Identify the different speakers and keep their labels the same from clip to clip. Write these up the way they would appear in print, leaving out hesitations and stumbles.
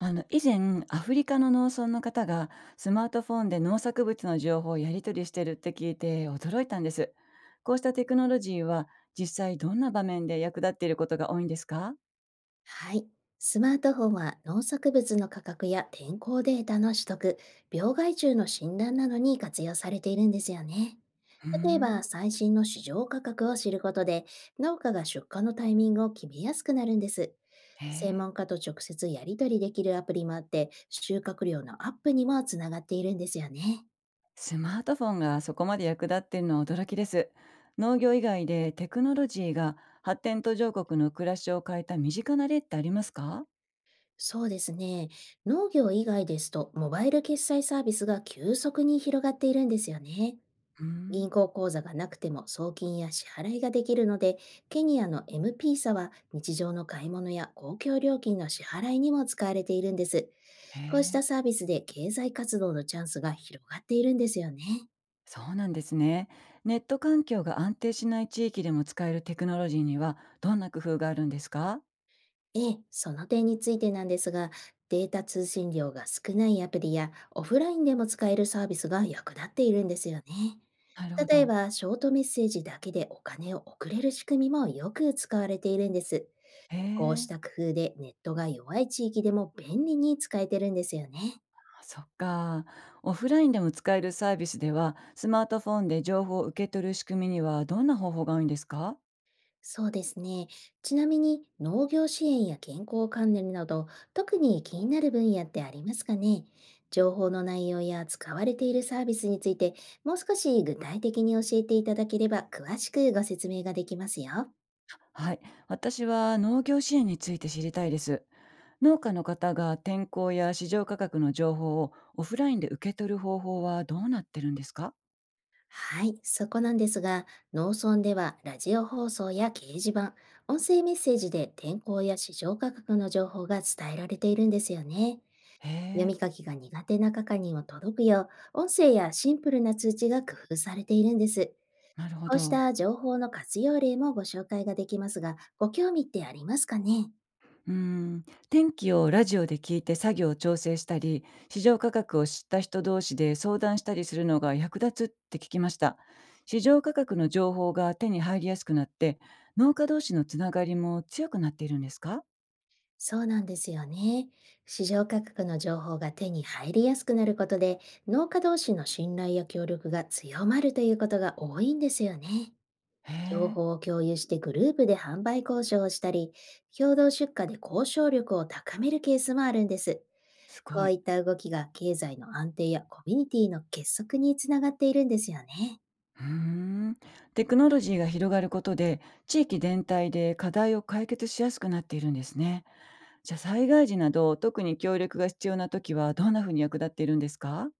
Speaker 1: 以前アフリカの農村の方がスマートフォンで農作物の情報をやり取りしてるって聞いて驚いたんです。こうしたテクノロジーは実際どんな場面で役立っていることが多いんですか？
Speaker 2: はい。スマートフォンは農作物の価格や天候データの取得、病害虫の診断などに活用されているんですよね。
Speaker 1: うー
Speaker 2: 例え
Speaker 1: ん。
Speaker 2: ば、最新の市場価格を知ることで、農家が出荷のタイミングを決めやすくなるんです。
Speaker 1: へ
Speaker 2: 専
Speaker 1: え。
Speaker 2: 門家と直接やり取りできるアプリもあって、収穫量のアップにもつながっているんですよね。
Speaker 1: スマートフォンがそこまで役立っているのは驚きです。農業以外でテクノロジーが発展途上国の暮らしを変えた身近な例ってありますか？
Speaker 2: そうですね。農業以外ですと、モバイル決済サービスが急速に広がっているんですよね。
Speaker 1: うーん。
Speaker 2: 銀行口座がなくても送金や支払いができるので、ケニアの MPSA は日常の買い物や公共料金の支払いにも使われているんです。
Speaker 1: へ
Speaker 2: こうした
Speaker 1: え。
Speaker 2: サービスで経済活動のチャンスが広がっているんですよね。
Speaker 1: そうなんですね。ネット環境が安定しない地域でも使えるテクノロジーにはどんな工夫があるんですか？
Speaker 2: ええ、その点についてなんですが、データ通信量が少ないアプリやオフラインでも使えるサービスが役立っているんですよね。
Speaker 1: なるほ
Speaker 2: 例え
Speaker 1: ど。
Speaker 2: ば、ショートメッセージだけでお金を送れる仕組みもよく使われているんです。
Speaker 1: へ
Speaker 2: こうし
Speaker 1: え、
Speaker 2: た工夫でネットが弱い地域でも便利に使えてるんですよね。
Speaker 1: あそっか。オフラインでも使えるサービスでは、スマートフォンで情報を受け取る仕組みにはどんな方法が多いんですか？
Speaker 2: そうですね。ちなみに農業支援や健康関連など、特に気になる分野ってありますかね。情報の内容や使われているサービスについて、もう少し具体的に教えていただければ詳しくご説明ができますよ。
Speaker 1: はい。私は農業支援について知りたいです。農家の方が天候や市場価格の情報をオフラインで受け取る方法はどうなってるんですか？
Speaker 2: はい、そこなんですが、農村ではラジオ放送や掲示板、音声メッセージで天候や市場価格の情報が伝えられているんですよね。
Speaker 1: へ
Speaker 2: 読み
Speaker 1: え、
Speaker 2: 書きが苦手な方にも届くよう、音声やシンプルな通知が工夫されているんです。
Speaker 1: なるほ
Speaker 2: こうし
Speaker 1: ど。
Speaker 2: た情報の活用例もご紹介ができますが、ご興味ってありますかね。
Speaker 1: うーん、天気をラジオで聞いて作業を調整したり、市場価格を知った人同士で相談したりするのが役立つって聞きました。市場価格の情報が手に入りやすくなって、農家同士のつながりも強くなっているんですか？
Speaker 2: そうなんですよね。市場価格の情報が手に入りやすくなることで、農家同士の信頼や協力が強まるということが多いんですよね。
Speaker 1: へ
Speaker 2: 情
Speaker 1: え、
Speaker 2: 報を共有してグループで販売交渉をしたり、共同出荷で交渉力を高めるケースもあるんです。
Speaker 1: す
Speaker 2: こ
Speaker 1: ご
Speaker 2: う
Speaker 1: い。
Speaker 2: いった動きが経済の安定やコミュニティの結束につながっているんですよね。
Speaker 1: うーん、テクノロジーが広がることで、地域全体で課題を解決しやすくなっているんですね。じゃあ災害時など、特に協力が必要な時はどんなふうに役立っているんですか？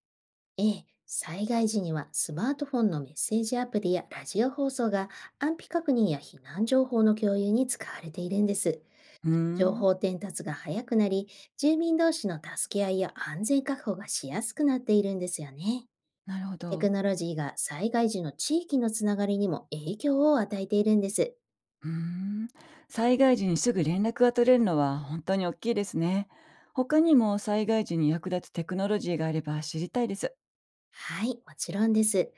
Speaker 2: ええ、災害時にはスマートフォンのメッセージアプリやラジオ放送が安否確認や避難情報の共有に使われているんです。
Speaker 1: うー
Speaker 2: 情
Speaker 1: ん、
Speaker 2: 報伝達が早くなり、住民同士の助け合いや安全確保がしやすくなっているんですよね。
Speaker 1: なるほ
Speaker 2: テク
Speaker 1: ど。
Speaker 2: ノロジーが災害時の地域のつながりにも影響を与えているんです。
Speaker 1: うーん、災害時にすぐ連絡が取れるのは本当に大きいですね。他にも災害時に役立つテクノロジーがあれば知りたいです。
Speaker 2: はい、もちろんです。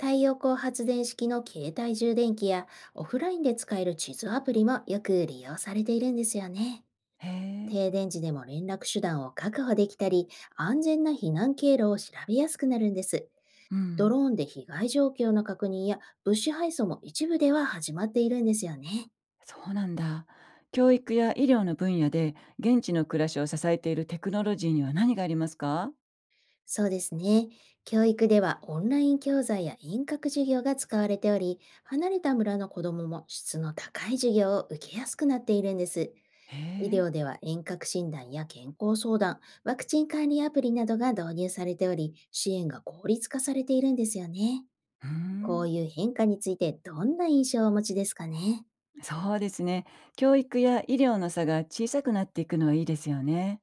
Speaker 2: 太陽光発電式の携帯充電器や、オフラインで使える地図アプリもよく利用されているんですよね。
Speaker 1: へえ、
Speaker 2: 停電時でも連絡手段を確保できたり、安全な避難経路を調べやすくなるんです。
Speaker 1: う
Speaker 2: ド
Speaker 1: ん、
Speaker 2: ローンで被害状況の確認や物資配送も一部では始まっているんですよね。
Speaker 1: そうなんだ。教育や医療の分野で現地の暮らしを支えているテクノロジーには何がありますか？
Speaker 2: そうですね。教育ではオンライン教材や遠隔授業が使われており、離れた村の子どもも質の高い授業を受けやすくなっているんです。
Speaker 1: へ
Speaker 2: 医
Speaker 1: え、
Speaker 2: 療では遠隔診断や健康相談、ワクチン管理アプリなどが導入されており、支援が効率化されているんですよね。
Speaker 1: うー
Speaker 2: こ
Speaker 1: ん、
Speaker 2: ういう変化についてどんな印象をお持ちですかね。
Speaker 1: そうですね。教育や医療の差が小さくなっていくのはいいですよね。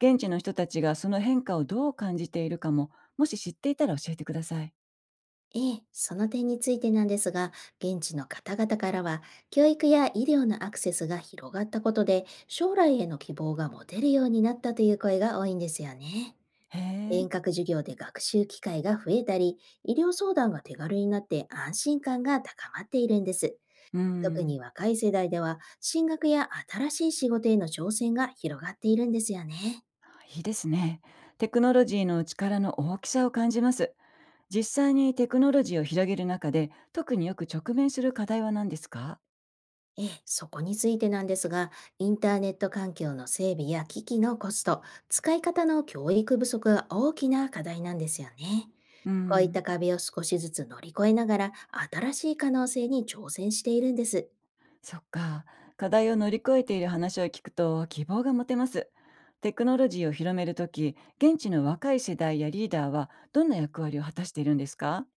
Speaker 1: 現地の人たちがその変化をどう感じているかも、もし知っていたら教えてください。
Speaker 2: ええ、その点についてなんですが、現地の方々からは、教育や医療のアクセスが広がったことで、将来への希望が持てるようになったという声が多いんですよね。
Speaker 1: へえ。
Speaker 2: 遠隔授業で学習機会が増えたり、医療相談が手軽になって安心感が高まっているんです。
Speaker 1: う
Speaker 2: 特
Speaker 1: ん、
Speaker 2: に若い世代では、進学や新しい仕事への挑戦が広がっているんですよね。
Speaker 1: いいですね。テクノロジーの力の大きさを感じます。実際にテクノロジーを広げる中で、特によく直面する課題は何ですか？
Speaker 2: ええ、そこについてなんですが、インターネット環境の整備や機器のコスト、使い方の教育不足が大きな課題なんですよね。
Speaker 1: う
Speaker 2: こういっ
Speaker 1: ん、
Speaker 2: た壁を少しずつ乗り越えながら、新しい可能性に挑戦しているんです。
Speaker 1: そっか。課題を乗り越えている話を聞くと希望が持てます。テクノロジーを広めるとき、現地の若い世代やリーダーはどんな役割を果たしているんですか？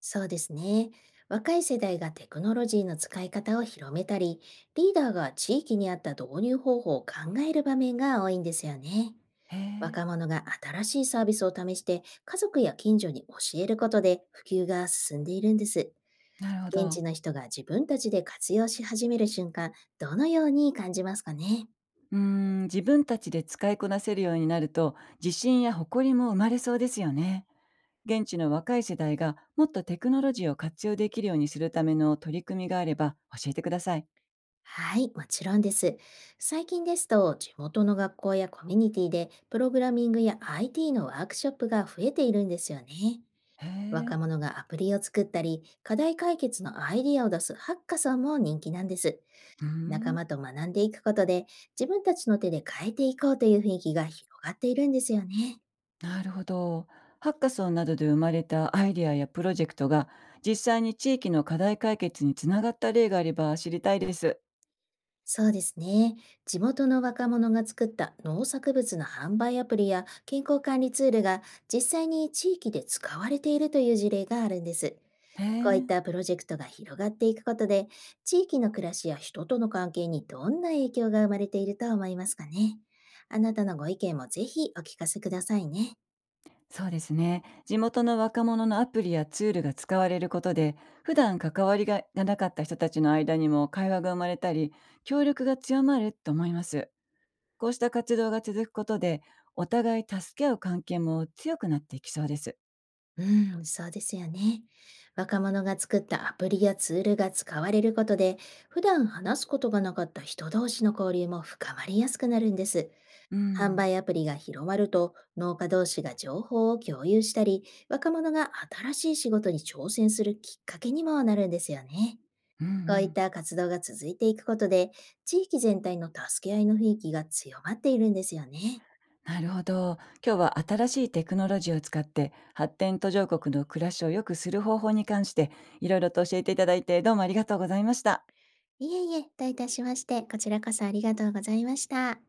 Speaker 2: そうですね。若い世代がテクノロジーの使い方を広めたり、リーダーが地域に合った導入方法を考える場面が多いんですよね。
Speaker 1: へえ、
Speaker 2: 若者が新しいサービスを試して家族や近所に教えることで普及が進んでいるんです。
Speaker 1: なるほ
Speaker 2: 現地
Speaker 1: ど。
Speaker 2: の人が自分たちで活用し始める瞬間、どのように感じますかね。
Speaker 1: うーん、自分たちで使いこなせるようになると、自信や誇りも生まれそうですよね。現地の若い世代がもっとテクノロジーを活用できるようにするための取り組みがあれば教えてください。
Speaker 2: はい、もちろんです。最近ですと、地元の学校やコミュニティで、プログラミングや IT のワークショップが増えているんですよね。
Speaker 1: へえ、
Speaker 2: 若者がアプリを作ったり、課題解決のアイディアを出すハッカソンも人気なんです。
Speaker 1: う
Speaker 2: 仲
Speaker 1: ん、
Speaker 2: 間と学んでいくことで、自分たちの手で変えていこうという雰囲気が広がっているんですよね。
Speaker 1: なるほど。ハッカソンなどで生まれたアイデアやプロジェクトが実際に地域の課題解決につながった例があれば知りたいです。
Speaker 2: そうですね。地元の若者が作った農作物の販売アプリや健康管理ツールが、実際に地域で使われているという事例があるんです。
Speaker 1: へ
Speaker 2: こういっ
Speaker 1: え、
Speaker 2: たプロジェクトが広がっていくことで、地域の暮らしや人との関係にどんな影響が生まれていると思いますかね。あなたのご意見もぜひお聞かせくださいね。
Speaker 1: そうですね。地元の若者のアプリやツールが使われることで、普段関わりががなかった人たちの間にも会話が生まれたり、協力が強まると思います。こうした活動が続くことで、お互い助け合う関係も強くなっていきそうです。
Speaker 2: うん、そうですよね。若者が作ったアプリやツールが使われることで、普段話すことがなかった人同士の交流も深まりやすくなるんです。
Speaker 1: う
Speaker 2: 販
Speaker 1: ん、
Speaker 2: 売アプリが広まると、農家同士が情報を共有したり、若者が新しい仕事に挑戦するきっかけにもなるんですよね。
Speaker 1: うんう
Speaker 2: こういっ
Speaker 1: ん、
Speaker 2: た活動が続いていくことで、地域全体の助け合いの雰囲気が強まっているんですよね。
Speaker 1: なるほど。今日は新しいテクノロジーを使って発展途上国の暮らしを良くする方法に関していろいろと教えていただいてどうもありがとうございました。
Speaker 2: いえいえ、どういたしまして、こちらこそありがとうございました。